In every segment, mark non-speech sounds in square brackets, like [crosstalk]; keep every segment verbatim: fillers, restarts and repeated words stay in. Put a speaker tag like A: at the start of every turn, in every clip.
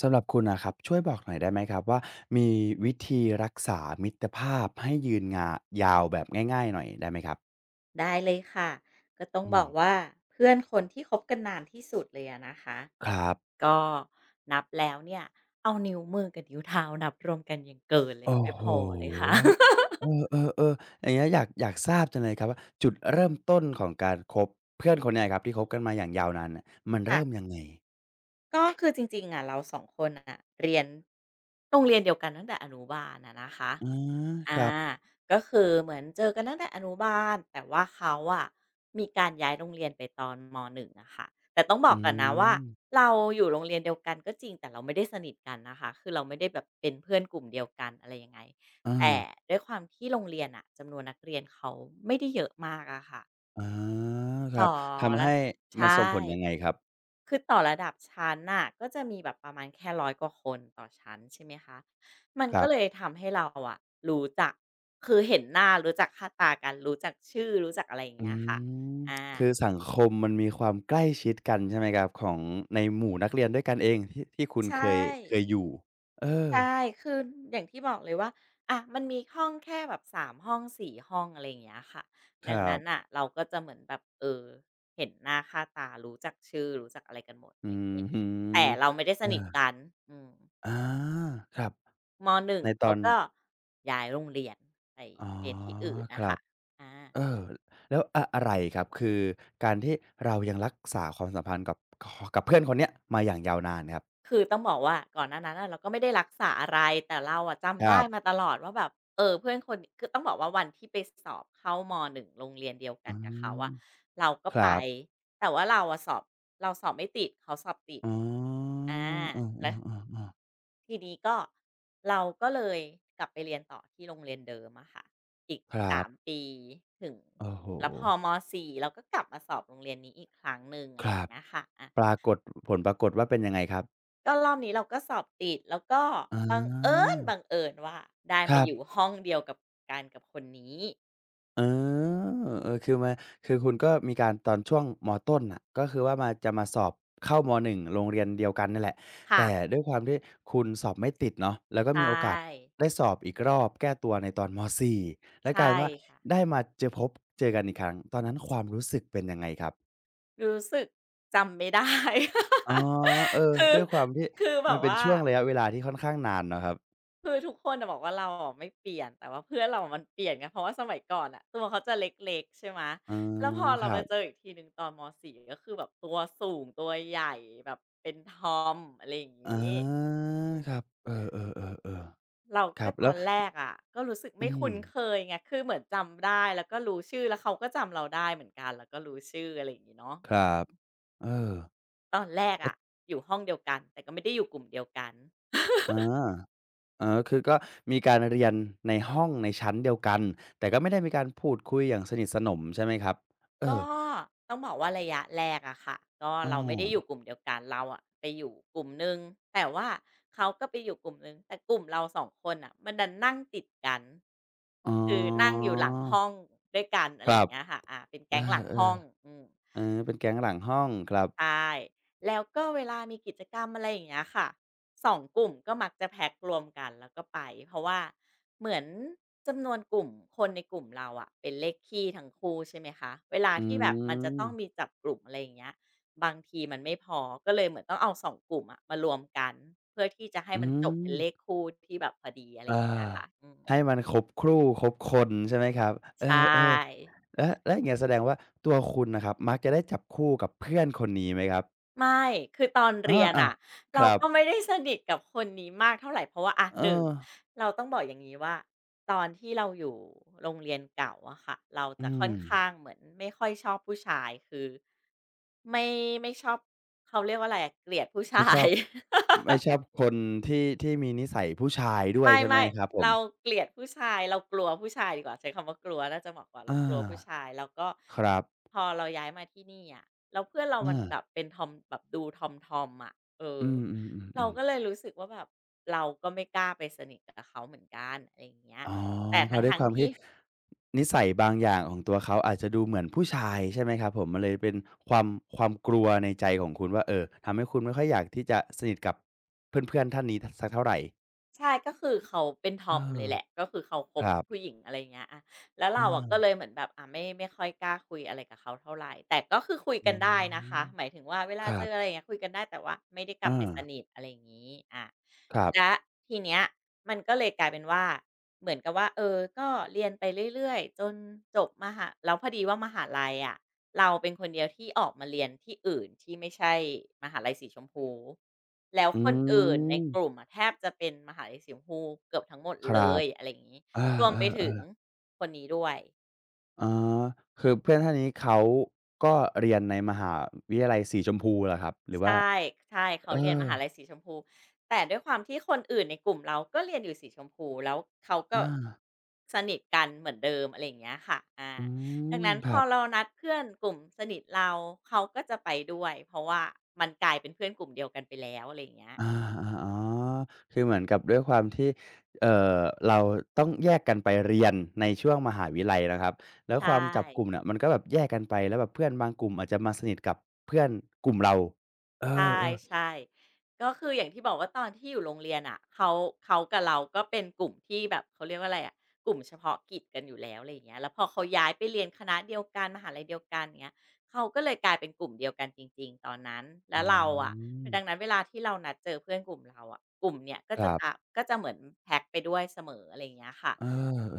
A: สำหรับคุณนะครับช่วยบอกหน่อยได้ไหมครับว่ามีวิธีรักษามิตรภาพให้ยืนงายาวแบบง่ายๆหน่อยได้ไหมครับ
B: ได้เลยค่ะก็ต้อง
A: อื
B: บ
A: ม
B: อกว่าเพื่อนคนที่คบกันนานที่สุดเลยอะนะคะ
A: ครับ
B: ก็นับแล้วเนี่ยเอานิ้วมือกับนิ้วเท้านับรวมกันยังเกินเลย
A: โอ้
B: ค่ะไม่
A: โฮ
B: พอเลยค่ะ
A: เออๆๆอย่างเงี้ยอยากอยากทราบจังเลยครับว่าจุดเริ่มต้นของการคบเพื่อนคนเนี้ยครับที่คบกันมาอย่างยาวนานเนี่ยมัน
B: ค่ะ
A: เริ่มยังไง
B: ก็คือจริงๆอะเราสองคนอ่ะเรียนโรงเรียนเดียวกันตั้งแต่อนุบาลนะนะคะ
A: อาค
B: อ่า
A: รับ
B: ก็คือเหมือนเจอกันตั้งแต่อนุบาลแต่ว่าเขาอะมีการย้ายโรงเรียนไปตอนม หนึ่งอะค่ะแต่ต้องบอ
A: อื
B: กก่อนนะว่า
A: ม
B: เราอยู่โรงเรียนเดียวกันก็จริงแต่เราไม่ได้สนิทกันนะคะคือเราไม่ได้แบบเป็นเพื่อนกลุ่มเดียวกันอะไรยังไงแต่
A: อา
B: ด้วยความที่โรงเรียนอ่ะจำนวนนักเรียนเขาไม่ได้เยอะมากอะค่ะ
A: อาค
B: อ๋อ
A: รับทำ
B: แล้ว
A: ให้มั
B: ใช่
A: นส่งผลยังไงครับ
B: คือต่อระดับชั้นน่ะก็จะมีแบบประมาณแค่ร้อยกว่าคนต่อชั้นใช่ไหมคะมัน
A: ครั
B: ก็เลย
A: บ
B: ทำให้เราอะรู้จักคือเห็นหน้ารู้จักค่าตากันรู้จักชื่อรู้จักอะไรอย่าง
A: อื
B: เงี้ยค่ะ
A: ม
B: อา
A: คือสังคมมันมีความใกล้ชิดกันใช่ไหมครับของในหมู่นักเรียนด้วยกันเองที่ที่คุณ
B: ใช
A: เคยเคย
B: ่
A: อยู่เออ
B: ใช่คืออย่างที่บอกเลยว่าอะมันมีห้องแค่แบบสามห้องสี่ห้องอะไรอย่างเงี้ยค่ะ
A: ค
B: ดัง
A: รั
B: นั้นน่ะ
A: บ
B: เราก็จะเหมือนแบบเออเห็นหน้าค่าตารู้จักชื่อรู้จักอะไรกันหมดอะ
A: อื
B: ไรอย่าง
A: อ
B: งี้
A: ฮึ
B: แต่เราไม่ได้สนิท
A: เออ
B: กันอืม
A: อาครับ
B: มหนึ่ง
A: ในตอ
B: เขา
A: น
B: ก็ย้ายโรงเรียนไป
A: อ๋อ
B: เรียนที่อื่น
A: ค
B: น่ะ
A: รั
B: ค่ะ
A: บ
B: อา
A: เออแล้วอะอะไรครับคือการที่เรายังรักษาความสัมพันธ์กับคกับเพื่อนคนเนี้ยมาอย่างยาวนานครับ
B: คือต้องบอกว่าก่อนหน้านั้นน่ะเราก็ไม่ได้รักษาอะไรแต่เราอะ
A: ค
B: จำ
A: รั
B: ได้
A: บ
B: มาตลอดว่าแบบเออเพื่อนคนคือต้องบอกว่าวันที่ไปสอบเข้ามหนึ่งโรงเรียนเดียวกั
A: อื
B: นกับเขา
A: ม
B: อะเราก็
A: ครั
B: ไป
A: บ
B: แต่ว่าเราอะสอบเราสอบไม่ติดเขาสอบติด
A: อ๋อ
B: อา
A: เออ
B: แล้ว
A: ๆๆๆ
B: ทีนี้ก็เราก็เลยกลับไปเรียนต่อที่โรงเรียนเดิมอะค่ะอีก
A: ครั
B: สาม
A: บ
B: ปีถึง
A: โอ้โฮ
B: แล้วพอมสี่เราก็กลับมาสอบโรงเรียนนี้อีกครั้งหนึ่ง
A: ค
B: อะไรอ
A: รั
B: ย่าง
A: บ
B: เงี้ยค่ะอะ
A: ปรากฏผลปรากฏว่าเป็นยังไงครับ
B: ก็รอบนี้เราก็สอบติดแล้วก็
A: อา
B: บังเอิญบังเอิญว่าได้
A: ค
B: มา
A: รับ
B: อยู่ห้องเดียวกับกันกับคนนี้
A: เออเออคือมาคือคุณก็มีการตอนช่วงมต้นน่ะก็คือว่ามาจะมาสอบเข้ามหนึ่งโรงเรียนเดียวกันนั่นแหละ
B: ค่ะ
A: แต่ด้วยความที่คุณสอบไม่ติดเนาะแล้วก็
B: ใช่
A: มีโอกาสได้สอบอีกรอบแก้ตัวในตอนมสี่แล้วกลาย
B: ใช่
A: เป็นว่า
B: ค่ะ
A: ได้มาเจอพบเจอกันอีกครั้งตอนนั้นความรู้สึกเป็นยังไงครับ
B: รู้สึกจำไม่ได้
A: อ๋อเออ
B: [laughs] คือ
A: ด้วยความที่
B: คือแบ
A: มัน
B: บ
A: เป็น
B: ว่า
A: ช่วงระยะเวลาที่ค่อนข้างนานเนาะครับ
B: คือทุกคนน่ะบอกว่าเราอะไม่เปลี่ยนแต่ว่าเพื่อนเรามันเปลี่ยนไงเพราะว่าสมัยก่อนน่ะตัวเขาจะเล็กๆใช่ไหม
A: อ๋อ
B: แล้วพอ
A: ค
B: เรา
A: รั
B: มา
A: บ
B: เจออีกทีหนึ่งตอนมสี่ก็คือแบบตัวสูงตัวใหญ่แบบเป็นทอมอะไรอย่าง
A: อ
B: งี้
A: า
B: อืม
A: ครับเออๆๆ
B: เรา
A: ๆครั
B: ก็
A: บ
B: ต
A: แล้
B: อ
A: ว
B: นแรกอะก็รู้สึก
A: อื
B: ไม่
A: ม
B: คุ้นเคยไงคือเหมือนจำได้แล้วก็รู้ชื่อแล้วเขาก็จำเราได้เหมือนกันแล้วก็รู้ชื่ออะไรอย่างงี้เนาะ
A: ครับเออ
B: ตอนแรกอะ
A: ก็
B: อยู่ห้องเดียวกันแต่ก็ไม่ได้อยู่กลุ่มเดียวกัน
A: อาอ๋อคือก็มีการเรียนในห้องในชั้นเดียวกัน แต่ก็ไม่ได้มีการพูดคุยอย่างสนิทสนมใช่ไหมครับเอ
B: ก็
A: อ
B: ต้องบอกว่าระยะแรกอะค่ะก็
A: อ้
B: เราไม่ได้อ
A: อ
B: ยู่กลุ่มเดียวกันเราอะไปอยู่กลุ่มหนึ่งแต่ว่าเขาก็ไปอยู่กลุ่มหนึ่งแต่กลุ่มเราสองคนอะมันดันนั่งติดกัน
A: อ๋
B: คือนั่ง
A: อ
B: อยู่หลังห้องด้วยกัน
A: ค
B: อะไร
A: รั
B: อย่า
A: บ
B: งเงี้ยค่ะอาเป็น
A: เอ
B: แก๊งหลังห้อง
A: อ
B: อืม
A: ๆเออเป็นแก๊งหลังห้องครับ
B: ใช่แล้วก็เวลามีกิจกรรมอะไรอย่างเงี้ยค่ะสองกลุ่มก็มักจะแพ็กรวมกันแล้วก็ไปเพราะว่าเหมือนจำนวนกลุ่มคนในกลุ่มเราอะเป็นเลขคี่ทั้งคู่ใช่ไหมคะเวลา
A: อื
B: ที่แบบมันจะต้องมี
A: ม
B: จับกลุ่มอะไรอย่างเงี้ยบางทีมันไม่พอก็เลยเหมือนต้องเอาสองกลุ่มอะมารวมกันเพื่อที่จะให้
A: อื
B: มันจบเป็นเลข
A: ม
B: คู่ที่แบบพอดีอะไร
A: อา
B: อย่างเงี้ยค่ะอื
A: ให้
B: ม
A: มันครบครู่ครบคนใช่ไหมครับเอ
B: ใช่
A: อๆ แล้วแล้วอย่างเงี้ยแสดงว่าตัวคุณน่ะครับมักจะได้จับคู่กับเพื่อนคนนี้ไหมครับ
B: ไม่ คือตอน
A: อา
B: เรียน
A: อ้าว
B: อ่ะ
A: ค
B: เรา
A: รับ
B: ก็ไม่ได้สนิทกับคนนี้มากเท่าไรเพราะว่าอะ
A: เอ
B: หนึ่ง
A: อ
B: เราต้องบอกอย่างงี้ว่าตอนที่เราอยู่โรงเรียนเก่าอะค่ะเรา
A: อื
B: จะค่อน
A: ม
B: ข้างเหมือนไม่ค่อยชอบผู้ชายคือไม่ไม่ชอบเขาเรียกว่าอะไรอะเกลียดผู้ชา
A: ไม่ชอ
B: ย
A: บไม่ชอบคนที่ที่มีนิสัยผู้ชายด้วยใช่ไหม
B: ไม่
A: ครับผ
B: ๆ
A: ม
B: เราเกลียดผู้ชายเรากลัวผู้ชายดีกว่าใช้คำว่ากลัวน่าจะเหมาะกว่าเรา
A: อา
B: กลัวผู้ชายแล้วก็
A: ครับ
B: พอเราย้ายมาที่นี่อะแล้วเพื่อนเรามั
A: อา
B: นแบบเป็นทอมแบบดูทอมทอมอะเอ
A: อื
B: อ
A: ม
B: เรา
A: ๆ
B: ก็
A: ๆๆ
B: เลยรู้สึกว่าแบบเราก็ไม่กล้าไปสนิทกับเขาเหมือนกันอะไรอย่างเงี้ย
A: อ๋อ
B: แต่
A: เพ
B: ทั้
A: ราะ
B: ง
A: ด้วย
B: ทั้
A: ค
B: ง
A: วาม
B: ที่
A: ที่นิสัยบางอย่างของตัวเขาอาจจะดูเหมือนผู้ชายใช่ไหมครับผมมันเลยเป็นความความกลัวในใจของคุณว่าเอ่อทำให้คุณไม่ค่อยอยากที่จะสนิทกับเพื่อนๆท่านนี้ทสักเท่าไร
B: ใช่ก็คือเขาเป็นท
A: เอ
B: อม
A: อ
B: เลยแหละก็คือเขาค
A: ค
B: บ
A: รั
B: กั
A: บ
B: บผู้หญิงอะไรอย่างเงี้ยอะแล้ว
A: อ
B: เราอะก็เล
A: า
B: ยเหมือนแบบอาไม่ไม่ค่อยกล้าคุยอะไรกับเขาเท่าไรแต่ก็คือคุย
A: อื
B: กันได้นะคะ
A: ม
B: หมายถึงว่าเว
A: ค
B: ลา
A: รั
B: เจออะไร
A: บ
B: อย่างเงี้ยคุยกันได้แต่ว่าไม่ได้กลับไปส
A: อา
B: นิทอะไรอย่างงี้อา
A: ครั
B: แล้
A: บ
B: วทีเนี้ยมันก็เลยกลายเป็นว่าเหมือนกับว่าเออก็เรียนไปเรื่อยๆจนจบมหาแล้วพอดีว่ามหาลัยอะ เราเป็นคนเดียวที่ออกมาเรียนที่อื่นที่ไม่ใช่มหาลัยสีชมพูแล้ว
A: อื
B: คนอื่นในกลุ่
A: ม
B: มอะแทบจะเป็นมหาลัยสีชมพูเกือบทั้งหมด
A: ค
B: เล
A: รับ
B: ยอะไรอย่างงี้
A: เอ
B: รวมไป
A: อ
B: ถึง
A: ๆๆ
B: คนนี้ด้วย
A: อ๋อคือเพื่อนท่านนี้เขาก็เรียนในมหาวิทยาลัยสีชมพูเหรอครับหรือ
B: ใช
A: ว่า
B: ่ใช่เขา
A: เอ
B: เรียน
A: อ
B: มหาลัยสีชมพูแต่ด้วยความที่คนอื่นในกลุ่มเราก็เรียนอยู่สีชมพูแล้วเขาก็
A: อา
B: สนิทกันเหมือนเดิมอะไรอย่างเงี้ยค่ะอา
A: อื
B: ดัง
A: ม
B: นั้น
A: ค
B: พ
A: รั
B: อ
A: บ
B: เรานัดเพื่อนกลุ่มสนิทเราเขาก็จะไปด้วยเพราะว่ามันกลายเป็นเพื่อนกลุ่มเดียวกันไปแล้วอะไรอย่างเงี้ย
A: อา
B: อืม
A: ๆอ๋อคือเหมือนกับด้วยความที่เอ่อเราต้องแยกกันไปเรียนในช่วงมหาวิทยาลัยนะครับแล้วค
B: ใช่
A: วามจับกลุ่มเนี่ยมันก็แบบแยกกันไปแล้วแบบเพื่อนบางกลุ่มอาจจะมาสนิทกับเพื่อนกลุ่มเราเอ
B: ใช่
A: อๆ
B: ใช่ก็คืออย่างที่บอกว่าตอนที่อยู่โรงเรียนอะเขาเขากับเราก็เป็นกลุ่มที่แบบเขาเรียกว่าอะไรอะกลุ่มเฉพาะกิจกันอยู่แล้วอะไรอย่างเงี้ยแล้วพอเขาย้ายไปเรียนคณะเดียวกันมหาลัยเดียวกันอย่างเงี้ยเขาก็เลยกลายเป็นกลุ่มเดียวกันจริงๆตอนนั้น
A: อื
B: แล้วเราอะ
A: ม
B: ดังนั้นเวลาที่เรานัดเจอเพื่อนกลุ่มเราอะกลุ่มเนี้ยก็
A: ค
B: จะ
A: รั
B: ตา
A: บ
B: ก็จะเหมือนแพ็กไปด้วยเสมออะไรอย่างเงี้ยค่ะ
A: เออ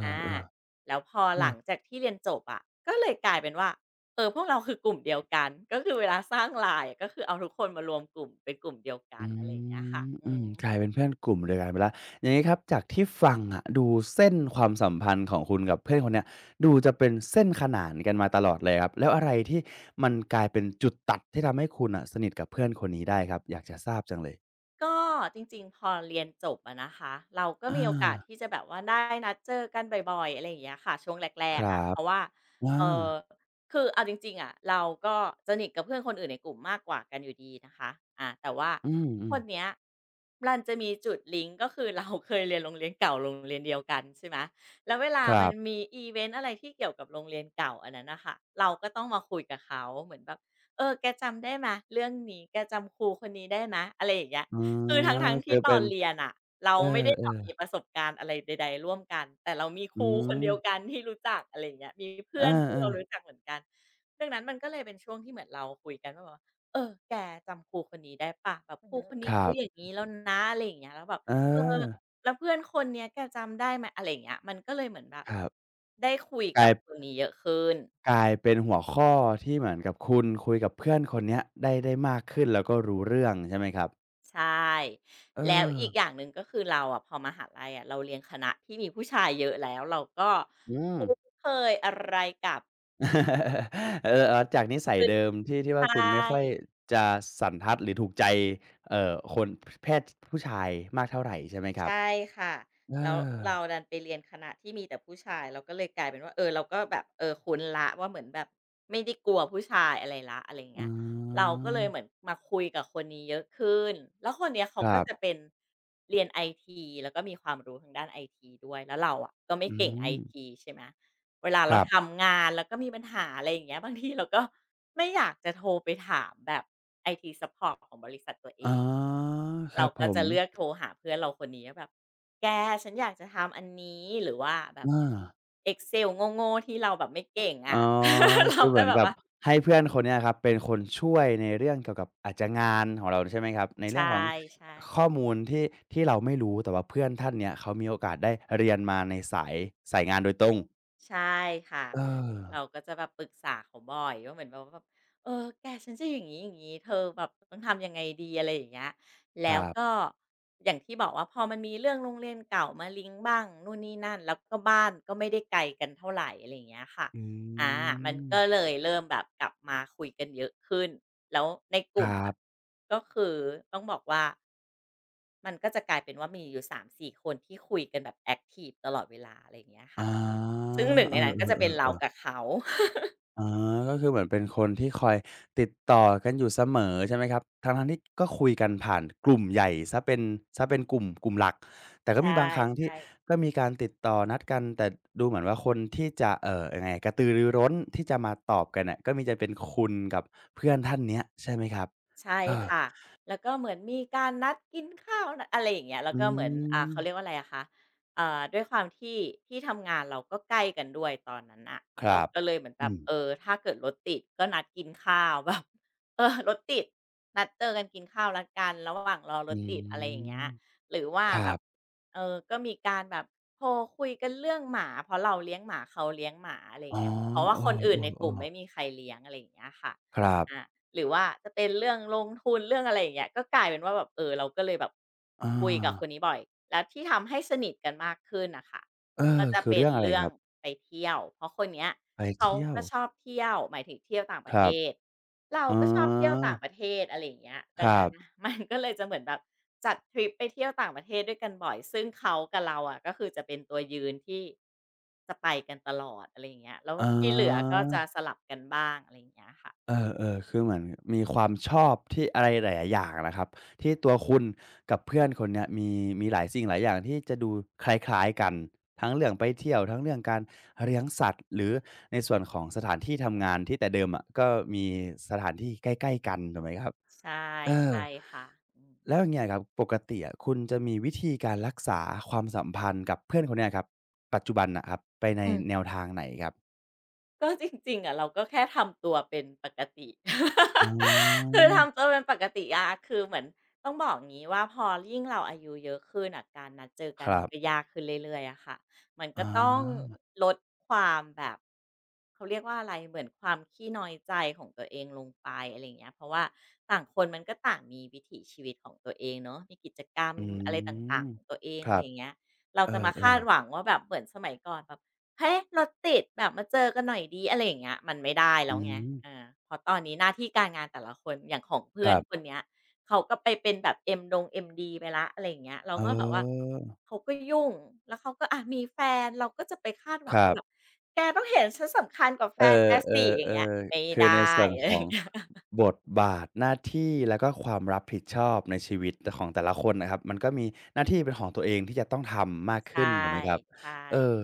B: อา
A: ๆๆ
B: แล้วพอ
A: เอ
B: หลั
A: อ
B: งจากที่เรียนจบอะก็เลยกลายเป็นว่า เออพวกเราคือกลุ่มเดียวกันก็คือเวลาสร้าง l ายอะก็คือเอาทุกคนมารวมกลุ่มเป็นกลุ่มเดียวกั
A: อื
B: นอะไรอย่างเงี้ยค่ะ
A: มอื
B: อื
A: ม
B: ม
A: กลายเป็นเพื่อนกลุ่มเดียวกันไปแล้วอย่างงี้ครับจากที่ฟังอะดูเส้นความสัมพันธ์ของคุณกับเพื่อนคนเนี้ยดูจะเป็นเส้นขนานกันมาตลอดเลยครับแล้วอะไรที่มันกลายเป็นจุดตัดที่ทำให้คุณน่ะสนิทกับเพื่อนคนนี้ได้ครับอยากจะทราบจังเลย
B: ก็จริงๆพอเรียนจบอะนะคะเราก็
A: อา
B: มีโอกาสที่จะแบบว่าได้นัดเจอกันบ่อยๆอะไรอย่างเงี้ยค่ะช่วงแร
A: ค
B: กๆ
A: รั
B: อะ
A: บ
B: เพราะว่า
A: อา
B: เอ่อคือเอาจริงๆอะเราก็สนิทกับเพื่อนคนอื่นในกลุ่มมากกว่ากันอยู่ดีนะคะอาแต่ว่า
A: อื
B: ค
A: ม
B: นเนี้
A: ๆ
B: ยมันจะมีจุดลิงก์ก็คือเราเคยเรียนโรงเรียนเก่าโรงเรียนเดียวกันใช่ไหมแล้วเวลา
A: ครั
B: มัน
A: บ
B: มีอิเวนต์อะไรที่เกี่ยวกับโรงเรียนเก่าอันนั้นน่ะค่ะเราก็ต้องมาคุยกับเขาเหมือนแบบเออแกจำได้ไหมเรื่องนี้แกจำครูคนนี้ได้ไหมอะไรอย่างเงี้ย
A: อ๋อ
B: คือทั้งๆ
A: คื
B: ที่
A: อ
B: ต
A: เป็
B: อ
A: น
B: นเรียนอะเรา
A: เออ
B: ไม่ได้แบบมีประสบการณ์อะไรใดๆร่วมกันแต่เรามี
A: ๆ
B: ค
A: อื
B: รูคน
A: ม
B: เดียวกันที่รู้จักอะไรอย่างเงี้ยมี
A: เ
B: เพื่อนที่เรา
A: ออ
B: รู้จักเหมือนกันดังนั้นมันก็เลยเป็นช่วงที่เหมือนเราคุยกันว่าแบบว่าเออแกจำครูคนนี้ได้เปล่าแบบครูคน
A: ๆค
B: นี้
A: รั
B: เขา
A: บ
B: อย่างงี้แล้วนะอะไรอย่างเงี้ยแล้วแบบ
A: เอ
B: เออ
A: อ
B: แล้วเพื่อนคนเนี้ยแกจำได้ไหมอะไรอย่างเงี้ยมันก็เลยเหมือนแบบ
A: ครับ
B: ได้คุย
A: กลา
B: กับ
A: ย
B: คนนี้เยอะขึ้น
A: กลายเป็นหัวข้อที่เหมือนกับคุณคุยกับเพื่อนคนเนี้ยได้ได้มากขึ้นแล้วก็รู้เรื่องใช่ไหมครับ
B: ใช่
A: เออ
B: แล้วอีกอย่างหนึ่งก็คือเราอะพอมหาลัยอะเราเรียนคณะที่มีผู้ชายเยอะแล้วเราก็
A: อืม
B: คุ้นเคยอะไรกับ
A: [laughs] เออๆจากนิสัย
B: คือ
A: เดิมที่ที่ว่า
B: ใช่
A: คุณไม่ค่อยจะสันทัดหรือถูกใจเอ่อคนพเพศผู้ชายมากเท่าไรใช่ไหมครับ
B: ใช่ค่ะ
A: เอ
B: แล้ว
A: อ
B: เราดันไปเรียนคณะที่มีแต่ผู้ชายเราก็เลยกลายเป็นว่าเออเราก็แบบเออคุ้นละว่าเหมือนแบบไม่ได้กลัวผู้ชายอะไรละอะไร
A: อื
B: เงี้ยเราก็
A: ม
B: เลยเหมือนมาคุยกับคนนี้เยอะขึ้นแล้วคนเนี้ยเขา
A: ครั
B: ก็จะ
A: บ
B: เป็นเรียนไอทีแล้วก็มีความรู้ทางด้านไอทีด้วยแล้วเราอะก็ไม่
A: อื
B: เก่งไอ
A: ม
B: ทีใช่ไหม เวลา
A: ค
B: เรา
A: รับ
B: ทำงานแล้วก็มีปัญหาอะไรอย่างเงี้ยบางทีเราก็ไม่อยากจะโทรไปถามแบบไอทีซัปพอร์ตของบริษัทตัวเอ
A: อ๋อ
B: ง
A: ครั
B: เรา
A: บผ
B: ก็
A: ม
B: จะเลือกโทรหาเพื่อนเราคนนี้แบบแกฉันอยากจะทำอันนี้หรือว่าแบ
A: เอ
B: บ
A: อ
B: Excel โง่ๆที่เราแบบไม่เก่ง
A: อ๋
B: อะ
A: อ
B: [laughs] เรา
A: คือเห
B: ก็
A: มือน
B: แบบ
A: กับ
B: ว่า
A: ให้เพื่อนคนเนี้ยครับเป็นคนช่วยในเรื่องเกี่ยวกับอาจจะงานของเราใช่ไหมครับในเรื่
B: ใช่
A: องของ
B: ใช่
A: ข้อมูลที่ที่เราไม่รู้แต่ว่าเพื่อนท่านเนี้ยเขามีโอกาสได้เรียนมาในสายสายงานโดยตรง
B: ใช่ค่ะ
A: เออ
B: เราก็จะแบบปรึกษาเขาบ่อยว่าเหมือนแบบว่าแบบเออแกฉันจะอย่างนี้อย่างนี้เธอแบบต้องทำยังไงดีอะไรอย่างเงี้ย
A: ค
B: แล้ว
A: รั
B: ก็
A: บ
B: อย่างที่บอกว่าพอมันมีเรื่องโรงเรียนเก่ามาลิงก์บ้างนู่นนี่นั่นแล้วก็บ้านก็ไม่ได้ไกลกันเท่าไหร่อะไรอย่างเงี้ยค่ะ
A: อื
B: อ่ามันก็
A: ม
B: เลยเริ่มแบบกลับมาคุยกันเยอะขึ้นแล้วในก
A: ครั
B: ลุ่มอ่ะ
A: บ
B: ก็คือต้องบอกว่ามันก็จะกลายเป็นว่ามีอยู่สามสี่คนที่คุยกันแบบแอคทีฟตลอดเวลาอะไรอย่างเงี้ย
A: อ
B: ค่ะ
A: า
B: ซึ่งหนึ่ง
A: เอ
B: ในนั้นก็จะเป็นเรา
A: อๆๆ
B: กับเขา
A: อ๋อก็คือเหมือนเป็นคนที่คอยติดต่อกันอยู่เสมอใช่ไหมครับทั้งๆที่ก็คุยกันผ่านกลุ่มใหญ่เสียเป็นเสียเป็นกลุ่มกลุ่มหลัก แต่ก็
B: ใช่
A: มีบางครั้งที่
B: ใช่
A: ก็มีการติดต่อนัดกันแต่ดูเหมือนว่าคนที่จะเอ่อยังไงกระตือรือร้นที่จะมาตอบกันน่ะก็มีจะเป็นคุณกับเพื่อนท่านเนี้ยใช่ไหมครับ
B: ใช่
A: เออ
B: ค่ะ แล้วก็เหมือนมีการนัดกินข้าวนะอะไรอย่างเงี้ยแล้ว
A: อื
B: ก็เหมือนอ่า
A: ม
B: เขาเรียกว่าอะไรอะคะเอ่อด้วยความที่ที่ทำงานเราก็ใกล้กันด้วยตอนนั้นน่ะ
A: ค
B: เรา
A: รับ
B: ก็เลยเหมือนแบ
A: อื
B: บ
A: ม
B: เออถ้าเกิดรถติดก็นัดกินข้าวแบบ [laughs] เออรถติดนัดเจอกันกินข้าวแล้วกันระหว่างรอร
A: อื
B: ถติดอะไรอย่างเงี้
A: ม
B: ยหรือว่า
A: ครั
B: แบบ
A: บ
B: เออก็มีการแบบโทรคุยกันเรื่องหมาเพราะเราเลี้ยงหมาเขาเลี้ยงหมาอะไรอ
A: อ๋อ
B: ย่างเงี้ยเพราะว่า
A: เอ
B: คนอื่นในก
A: อ
B: ลุ่ม
A: ๆ
B: ไม่
A: ๆ
B: มีใครเลี้ยงอะไรอย่างเงี้ยค่ะ
A: ครั
B: อา
A: บ
B: หรือว่าจะเป็นเรื่องลงทุนเรื่องอะไรอย่างเงี้ยก็กลายเป็นว่าแบบเออเราก็เลยแบบ
A: อา
B: คุยกับคนนี้บ่อยแล้วที่ทำให้สนิทกันมากขึ้นน่ะค่ะ
A: เออ
B: ก็จะ
A: คือ
B: เป็
A: เรื่
B: น
A: องอะไร
B: เรื่อ
A: ค
B: ง
A: รับ
B: ไปเที่ยวเพราะคนเนี้ย
A: ไป
B: เขา
A: เที่ยว
B: ก็ชอบเที่ยวหมายถึงเที่ยวต่างป
A: ค
B: ระเท
A: รับ
B: ศเรา
A: อ๋อ
B: ก็ชอบเที่ยวต่างประเทศอะไรอย่างเงี้ย
A: ค
B: ดัง
A: รั
B: นั้
A: บ
B: นน่ะ [laughs] มันก็เลยจะเหมือนแบบจัดทริปไปเที่ยวต่างประเทศด้วยกันบ่อยซึ่งเขากับเราอะก็คือจะเป็นตัวยืนที่จะไปกันตลอดอะไรอย่างเงี้ยแล้ว
A: อ๋
B: ที่เหลือ
A: อ
B: ก็จะสลับกันบ้างอะไรอย่างเงี้ยค่ะ
A: เออๆคือเหมือนมีความชอบที่อะไรหลายๆอย่างนะครับ ที่ตัวคุณกับเพื่อนคนเนี้ยมีมีหลายสิ่งหลายอย่างที่จะดูคล้ายๆกัน ทั้งเรื่องไปเที่ยวทั้งเรื่องการเลี้ยงสัตว์หรือในส่วนของสถานที่ทำงานที่แต่เดิมอะก็มีสถานที่ใกล้ๆกันถูกไหมครับ
B: ใช่
A: เออ
B: ใช่ค่ะอืม
A: แล้วอย่างเงี้ยครับปกติอะคุณจะมีวิธีการรักษาความสัมพันธ์กับเพื่อนคนเนี้ยครับปัจจุบันน่ะครับไปใน
B: อืม
A: แนวทางไหนครับ
B: ก็จริงๆอะเราก็แค่ทำตัวเป็นปกติ
A: อ๋
B: [laughs]
A: อ
B: คือทำตัวเป็นปกติอะคือเหมือนต้องบอกงี้ว่าพอยิ่งเราอายุเยอะขึ้นอะการนัดเจอ
A: ค
B: กัน
A: รั
B: มัน
A: บ
B: ก็ยากขึ้นเรื่อยๆอะค่ะมัน
A: อ
B: ก็ต้อง
A: า
B: ลดความแบบเขาเรียกว่าอะไรเหมือนความขี้น้อยใจของตัวเองลงไปอะไรอย่างเงี้ยเพราะว่าต่างคนมันก็ต่างมีวิถีชีวิตของตัวเองเนาะมีกิจกรรม
A: อื
B: อะไรต่า
A: ม
B: งๆของตัวเอง
A: ครั
B: อะไร
A: บ
B: อย่างเงี้ยเรา
A: เออ
B: จะมาคาด
A: ๆ
B: หวังว่าแบบเหมือนสมัยก่อนแบบ เฮ้ยรถติดแบบมาเจอกันหน่อยดีอะไรอย่างเงี้ยมันไม่ได้แล้
A: อื
B: วไง
A: ม
B: อาเพราะตอนนี้หน้าที่การงานแต่ละคนอย่างของ
A: ค
B: เพื่อน
A: รั
B: คน
A: บ
B: เนี้ยเขาก็ไปเป็นแบบ M ดง เอ็ม ดี ไปแล้วอะไรอย่างเงี้ยเรา
A: เอ
B: ก็แบบว่า
A: อ
B: เขาก็ยุ่งแล้วเขาก็อะมีแฟนเราก็จะไปคาดห
A: ค
B: วัง
A: รั
B: ว่าแบบ
A: บ
B: แกต้องเห็นฉันสำคัญกว่าแฟ
A: เอ
B: นแก
A: อเอ
B: สิ
A: อ
B: อ
A: เอ
B: ย่างเงี้ย
A: อ
B: ไม่
A: คือ
B: ได
A: ใน
B: ้
A: ส่วน
B: อะไร
A: ข
B: อ
A: อง
B: ย่างเงี้ย [laughs]
A: บทบาทหน้าที่แล้วก็ความรับผิดชอบในชีวิตตของแต่ละคนนะครับมันก็มีหน้าที่เป็นของตัวเองที่จะต้องทำมากขึ้
B: ใช่
A: นถูกไหมครับ
B: ใช่
A: เออ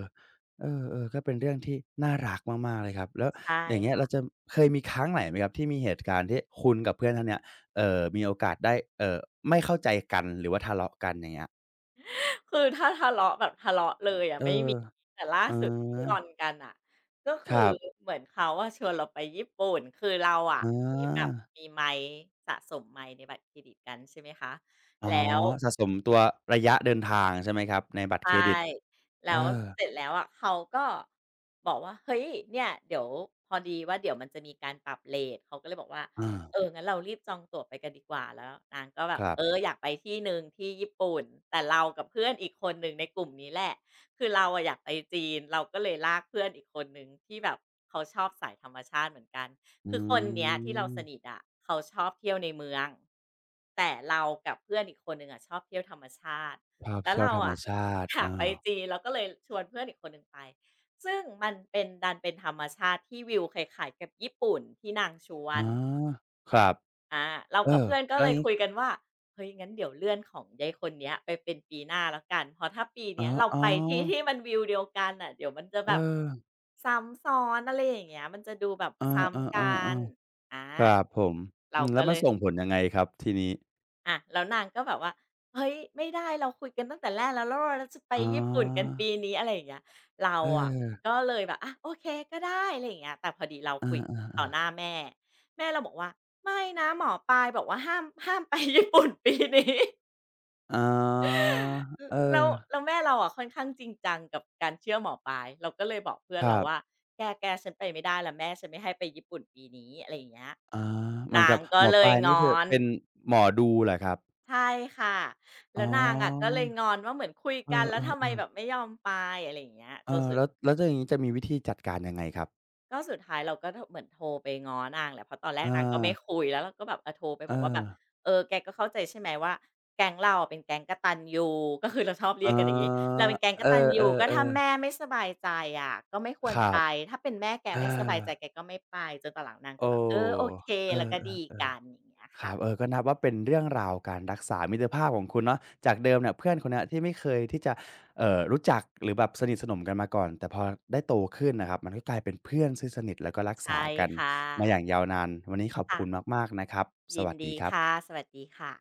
A: เออๆก็เป็นเรื่องที่น่ารักมากๆเลยครับแล้ว
B: ใช
A: อย่างเงี้ยเรา
B: ่
A: จะเคยมีครั้งไหนไหมครับที่มีเหตุการณ์ที่คุณกับเพื่อนท่านเนี้ยเอ่อมีโอกาสได้เอ่อไม่เข้าใจกันหรือว่าทะเลาะกันอย่างเงี้ย
B: คือถ้าทะเลาะแบบทะเลาะเลยอะ
A: เออ
B: ไม่มีแต่ล่า
A: อ๋
B: สุดที่งอ
A: อ
B: นกันอ่ะก็
A: ค
B: คือ
A: รับ
B: เหมือนเขาอะชวนเราไปญี่ปุ่นคือเราอะ
A: อ
B: มีแบบ
A: า
B: มีไมค์สะสมไมค์ในบัตรเครดิตกันใช่ไหมคะ
A: อ๋อ
B: แล้ว
A: สะสมตัวระยะเดินทางใช่ไหมครับในบัตรเครดิ
B: ใช่
A: ตเอ
B: แล้ว
A: อ
B: เสร็จแล้วอะเขาก็บอกว่าเฮ้ยเนี่ยเดี๋ยวพอดีว่าเดี๋ยวมันจะมีการปรับเรตเขาก็เลยบอกว่า
A: อา
B: เอองั้นเรารีบจองตั๋วไปกันดีกว่าแล้วนางก็แบ
A: ค
B: บ
A: รับ
B: เอออยากไปที่หนึ่งที่ญี่ปุ่นแต่เรากับเพื่อนอีกคนหนึ่งในกลุ่มนี้แหละคือเราอะอยากไปจีนเราก็เลยลากเพื่อนอีกคนหนึ่งที่แบบเขาชอบสายธรรมชาติเหมือนกัน
A: อ
B: คือคน
A: ื
B: เนี้ยที่เราส
A: ม
B: นิทอะเขาชอบเที่ยวในเมืองแต่เรากับเพื่อนอีกคนหนึ่งอะชอบเที่ยวธรรมชาติ
A: ภาพ
B: แล้ว
A: เที่ยว
B: เรา
A: ธรรม
B: อะ
A: ชาติ
B: [laughs] อ
A: เอ
B: ยากไป
A: อ
B: จีนเราก็เลยชวนเพื่อนอีกคนหนึ่งไปซึ่งมันเป็นดันเป็นธรรมชาติที่วิวคล้ายๆกับญี่ปุ่นที่นางชว
A: อ๋อ
B: น
A: ครับ
B: อาเรา
A: เอ
B: กับ
A: อ
B: เพื่อนก็
A: แล้ว
B: เลย
A: งี้
B: คุยกันว่าเฮ้ยงั้นเดี๋ยวเลื่อนของยายคนเนี้ยไปเป็นปีหน้าแล้วกันเพราะถ้าปี
A: อ๋อ
B: เนี้ยเรา
A: อ๋อ
B: ไปที่ [laughs] ที่มันวิวเดียวกันน่ะเดี๋ยวมันจะ
A: เอ
B: แบบ
A: อ
B: ซ้ำซ้อนอะไรอย่างเงี้ยมันจะดูแบบ
A: เอ
B: ซ้ำ
A: อ
B: กัน
A: ๆ
B: อา
A: ๆๆครับผมอื
B: เรา
A: มแล้
B: ก็
A: วมั
B: เล
A: น
B: ย
A: ส่งผลยังไงครับทีนี้
B: อาแล้วนางก็แบบว่าเฮ้ยไม่ได้เราคุยกันตั้งแต่แรกแล้วแล้วเราจะไป
A: อ๋
B: ญี่ปุ่นกัน
A: อ
B: ปีนี้อะไรอย่างเงี้ยเรา
A: เอ
B: อะ
A: อ
B: ก็เลยแบบอะโอเคก็ได้อะไรอย่างเงี้ยแต่พอดีเรา
A: เอ
B: คุยต่อ
A: อ
B: หน้า
A: ๆ
B: แม่แม่เราบอกว่าไม่นะหมอปลายบอกว่าห้ามห้ามไปญี่ปุ่นปีนี้
A: ๆอ๋อเอ
B: [laughs]
A: อ
B: แล้วแล้วแม่เราอ่ะค่อนข้างจริงจังกับการเชื่อหมอปลายเราก็เลยบอกเพื่อน
A: ครั
B: เราว่า
A: บ
B: แกแกฉันไปไม่ได้แล้วแม่ฉันไม่ให้ไปญี่ปุ่นปีนี้อะไรอย่างเงี้ย
A: อ๋อเหมือน
B: นา
A: กั
B: ง
A: บ
B: ก็
A: หมอ
B: เล
A: ป
B: ย
A: ลาย
B: ง
A: นี่คื
B: อ
A: อ
B: น
A: เป็นหมอดูเหรอครับ
B: ใช่ค่ะ
A: อ๋
B: แล้ว
A: อ
B: นางอะก็เลยงอนว่าเหมือนคุย
A: เอ
B: กันแล้วทำไม
A: อ
B: แบ
A: ๆๆ
B: บไม่ยอมไปอะไรอย่างเงี้ย
A: เอ
B: จน
A: อ
B: สุด
A: แล้วแล้วถ้าอย่างงี้จะมีวิธีจัดการยังไงครับ
B: ก็สุดท้ายเราก็ทเหมือนโทรไปง้อนางแหละเพราะตอนแร
A: เอ
B: กนางก็
A: อ
B: ไม่คุยแล้วเราก็แบบเออโทรไป
A: เอ
B: บอกว่าแบ
A: อ
B: บเออแกก็เข้าใจใช่ไหมว่าแก๊งเราเป็นแก๊งกตัญญู [laughs] ก็คือเราชอบ
A: อ๋
B: เรี
A: อ
B: ยกกันอย่างงี้เราเป็นแก๊งก
A: เอ
B: ตัญญูก็ถ้า
A: อๆๆ
B: แม่ไม่สบายใจอะก็ไม่คว
A: ค
B: ร
A: รั
B: ไป
A: บ
B: ถ้าเป็นแม่แก
A: เออ
B: ไม่สบายใจแกก็ไม่ไปจนตอนหลังนาง
A: โอ
B: ก็แบบเออโอ
A: ้
B: เค
A: เอ
B: แล้วก็ดี
A: อ
B: กันอย่าง
A: ๆ
B: เงี้ย
A: ๆครั
B: ค่ะ
A: บเออก็นับว่าเป็นเรื่องราวการรักษามิตรภาพของคุณเนาะจากเดิมเนี่ยเพื่อนคนเนี้ยที่ไม่เคยที่จะเอ่อรู้จักหรือแบบสนิทสนมกันมาก่อนแต่พอได้โตขึ้นน่ะครับมันก็กลายเป็นเพื่อนซึ่งสนิทแล้วก็รักษา
B: ใช่
A: กัน
B: ค่ะ
A: มาอย่างยาวนานวันนี้ขอบ
B: ค่ะ
A: คุณมากๆนะครับส
B: ยิน
A: วัสดี
B: ดี
A: ครั
B: ค่ะ
A: บ
B: สวัสดีค่ะ